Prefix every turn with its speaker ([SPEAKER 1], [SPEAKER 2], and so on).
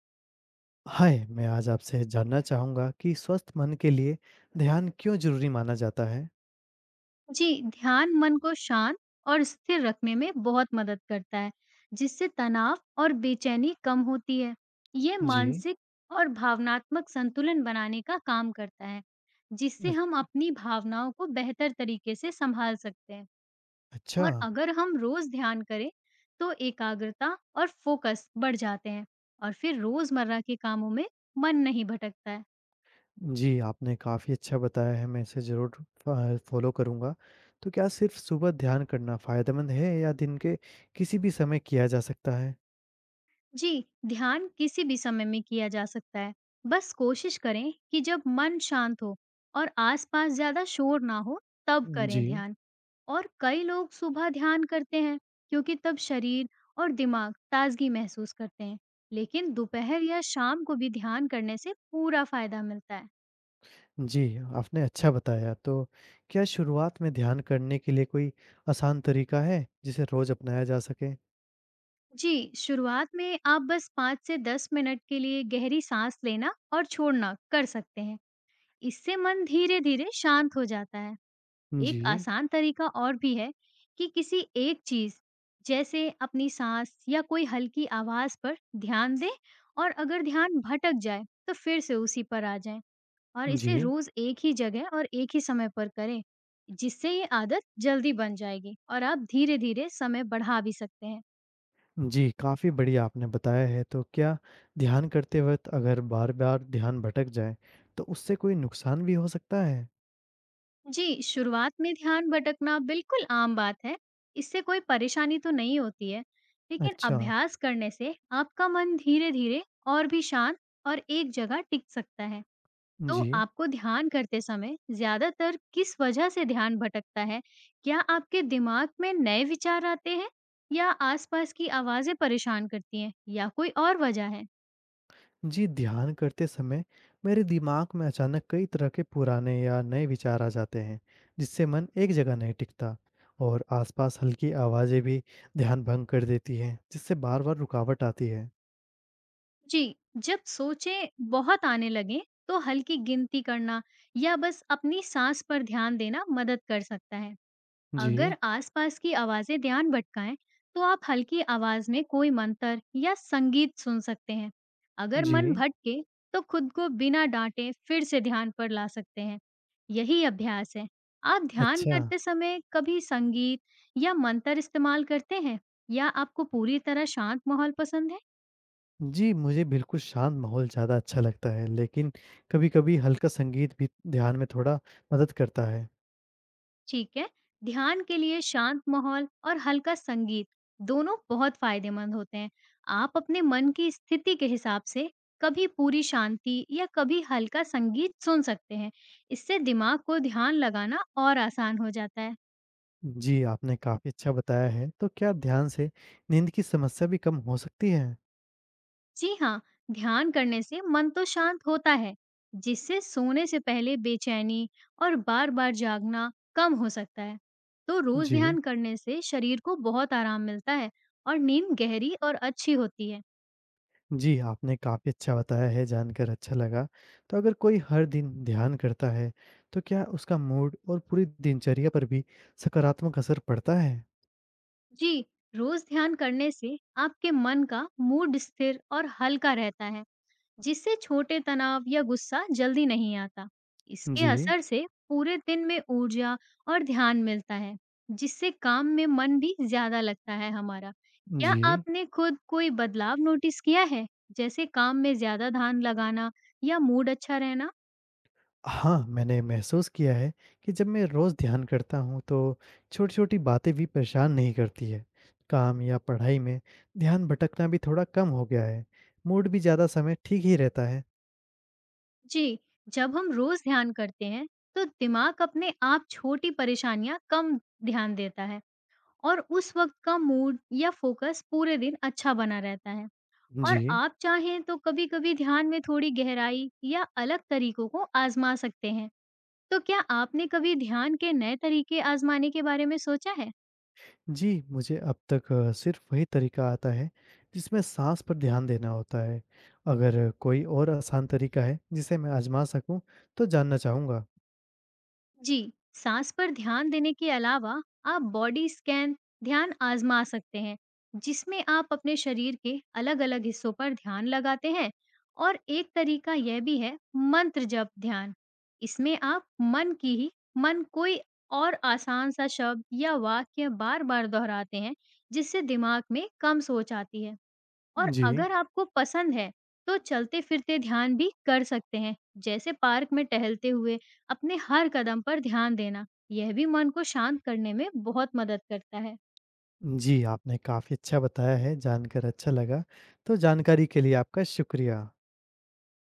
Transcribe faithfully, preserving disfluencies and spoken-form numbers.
[SPEAKER 1] हाय, मैं आज आपसे जानना चाहूँगा कि स्वस्थ मन के लिए ध्यान क्यों ज़रूरी माना जाता है?
[SPEAKER 2] जी, ध्यान मन को शांत और स्थिर रखने में बहुत मदद करता है, जिससे तनाव और बेचैनी कम होती है। ये
[SPEAKER 1] जी।
[SPEAKER 2] मानसिक और भावनात्मक संतुलन बनाने का काम करता है,
[SPEAKER 1] अ,
[SPEAKER 2] जिससे हम अपनी भावनाओं को बेहतर तरीके से संभाल सकते हैं।
[SPEAKER 1] अच्छा।
[SPEAKER 2] और अगर हम रोज ध्यान करें, तो एकाग्रता और फोकस बढ़ जाते हैं और फिर रोजमर्रा के कामों में मन नहीं भटकता है।
[SPEAKER 1] जी, आपने काफ़ी अच्छा बताया है, मैं इसे ज़रूर फ़ फ़ॉलो करूँगा। तो क्या सिर्फ़ सुबह ध्यान करना फ़ायदेमंद है या दिन के किसी भी समय किया जा सकता है?
[SPEAKER 2] जी, ध्यान किसी भी समय में किया जा सकता है। बस कोशिश करें कि जब मन शांत हो और आसपास ज़्यादा शोर ना हो, तब
[SPEAKER 1] जी।
[SPEAKER 2] करें ध्यान। और कई लोग सुबह ध्यान करते हैं, क्योंकि तब शरीर और दिमाग ताजगी महसूस करते हैं। लेकिन दोपहर या शाम को भी ध्यान करने से पूरा फायदा मिलता है।
[SPEAKER 1] जी, आपने अच्छा बताया। तो क्या शुरुआत में ध्यान करने के लिए कोई आसान तरीका है, जिसे रोज़ अपनाया जा सके?
[SPEAKER 2] जी, शुरुआत में आप बस पाँच से दस मिनट के लिए गहरी सांस लेना और छोड़ना कर सकते हैं। इससे मन धीरे-धीरे शांत हो जाता है। एक
[SPEAKER 1] जी।
[SPEAKER 2] आसान तरीका और भी है, कि किसी एक चीज जैसे अपनी सांस या कोई हल्की आवाज पर ध्यान दें और अगर ध्यान भटक जाए तो फिर से उसी पर आ जाएं। और इसे
[SPEAKER 1] जी।
[SPEAKER 2] रोज एक ही जगह और एक ही समय पर करें, जिससे ये आदत जल्दी बन जाएगी और आप धीरे धीरे समय बढ़ा भी सकते हैं।
[SPEAKER 1] जी, काफ़ी बढ़िया आपने बताया है, तो क्या ध्यान करते वक़्त अगर बार-बार ध्यान भटक जाए, तो उससे कोई नुकसान भी हो सकता है?
[SPEAKER 2] जी, शुरुआत में ध्यान भटकना बिल्कुल आम बात है, इससे कोई परेशानी तो नहीं होती है। लेकिन
[SPEAKER 1] अच्छा,
[SPEAKER 2] अभ्यास करने से आपका मन धीरे-धीरे और भी शांत और एक जगह टिक सकता है। तो
[SPEAKER 1] जी।
[SPEAKER 2] आपको ध्यान करते समय ज़्यादातर किस वजह से ध्यान भटकता है? क्या आपके दिमाग में नए विचार आते हैं या आसपास की आवाज़ें परेशान करती हैं या कोई और वजह है?
[SPEAKER 1] जी, ध्यान करते समय मेरे दिमाग में अचानक कई तरह के पुराने या नए विचार आ जाते हैं, जिससे मन एक जगह नहीं टिकता और आसपास हल्की आवाज़ें भी ध्यान भंग कर देती हैं, जिससे बार-बार रुकावट आती है।
[SPEAKER 2] जी, जब सोचें बहुत आने लगें, तो हल्की गिनती करना या बस अपनी साँस पर ध्यान देना मदद कर सकता है।
[SPEAKER 1] जी,
[SPEAKER 2] अगर आसपास की आवाज़ें ध्यान भटकाएं, तो आप हल्की आवाज़ में कोई मंत्र या संगीत सुन सकते हैं। अगर मन
[SPEAKER 1] जी।
[SPEAKER 2] भटके, तो खुद को बिना डांटे फिर से ध्यान पर ला सकते हैं। यही अभ्यास है। आप ध्यान
[SPEAKER 1] अच्छा।
[SPEAKER 2] करते समय कभी संगीत या मंत्र इस्तेमाल करते हैं या आपको पूरी तरह शांत माहौल पसंद है?
[SPEAKER 1] जी, मुझे बिल्कुल शांत माहौल ज़्यादा अच्छा लगता है, लेकिन कभी-कभी हल्का संगीत भी ध्यान में थोड़ा मदद करता है।
[SPEAKER 2] ठीक है। ध्यान के लिए शांत माहौल और हल्का संगीत दोनों बहुत फायदेमंद होते हैं। आप अपने मन की स्थिति के हिसाब से कभी पूरी शांति या कभी हल्का संगीत सुन सकते हैं। इससे दिमाग को ध्यान लगाना और आसान हो जाता है।
[SPEAKER 1] जी, आपने काफ़ी अच्छा बताया है, तो क्या ध्यान से नींद की समस्या भी कम हो सकती है?
[SPEAKER 2] जी हाँ, ध्यान करने से मन तो शांत होता है, जिससे सोने से पहले बेचैनी और बार-बार जागना कम हो सकता है। तो रोज
[SPEAKER 1] जी।
[SPEAKER 2] ध्यान करने से शरीर को बहुत आराम मिलता है और नींद गहरी और अच्छी होती है।
[SPEAKER 1] जी, आपने काफ़ी अच्छा बताया है, जानकर अच्छा लगा। तो अगर कोई हर दिन ध्यान करता है, तो क्या उसका मूड और पूरी दिनचर्या पर भी सकारात्मक असर पड़ता है?
[SPEAKER 2] जी, रोज ध्यान करने से आपके मन का मूड स्थिर और हल्का रहता है, जिससे छोटे तनाव या गुस्सा जल्दी नहीं आता। इसके
[SPEAKER 1] जी,
[SPEAKER 2] असर से पूरे दिन में ऊर्जा और ध्यान मिलता है, जिससे काम में मन भी ज्यादा लगता है हमारा। क्या
[SPEAKER 1] जी।
[SPEAKER 2] आपने खुद कोई बदलाव नोटिस किया है, जैसे काम में ज्यादा ध्यान लगाना या मूड अच्छा रहना?
[SPEAKER 1] हाँ, मैंने महसूस किया है कि जब मैं रोज़ ध्यान करता हूँ तो छोटी-छोटी बातें भी परेशान नहीं करती है। काम या पढ़ाई में ध्यान भटकना भी थोड़ा कम हो गया है। मूड भी ज़्यादा समय ठीक ही रहता है।
[SPEAKER 2] जी, जब हम रोज ध्यान करते हैं, तो दिमाग अपने आप छोटी परेशानियां कम ध्यान देता है। और उस वक़्त का मूड या फ़ोकस पूरे दिन अच्छा बना रहता है। और
[SPEAKER 1] जी।
[SPEAKER 2] आप चाहें तो कभी-कभी ध्यान में थोड़ी गहराई या अलग तरीकों को आज़मा सकते हैं। तो क्या आपने कभी ध्यान के नए तरीके आज़माने के बारे में सोचा है?
[SPEAKER 1] जी, मुझे अब तक सिर्फ़ वही तरीका आता है जिसमें साँस पर ध्यान देना होता है। अगर कोई और आसान तरीका है जिसे मैं आज़मा सकूँ तो जानना चाहूँगा?
[SPEAKER 2] जी, सांस पर ध्यान देने के अलावा आप बॉडी स्कैन ध्यान आजमा सकते हैं, जिसमें आप अपने शरीर के अलग-अलग हिस्सों पर ध्यान लगाते हैं। और एक तरीका यह भी है, मंत्र जप ध्यान। इसमें आप मन की ही मन कोई और आसान सा शब्द या वाक्य बार-बार दोहराते हैं, जिससे दिमाग में कम सोच आती है। और
[SPEAKER 1] जी।
[SPEAKER 2] अगर आपको पसंद है, तो चलते-फिरते ध्यान भी कर सकते हैं, जैसे पार्क में टहलते हुए अपने हर कदम पर ध्यान देना। यह भी मन को शांत करने में बहुत मदद करता है।
[SPEAKER 1] जी, आपने काफ़ी अच्छा बताया है, जानकर अच्छा लगा। तो जानकारी के लिए आपका शुक्रिया।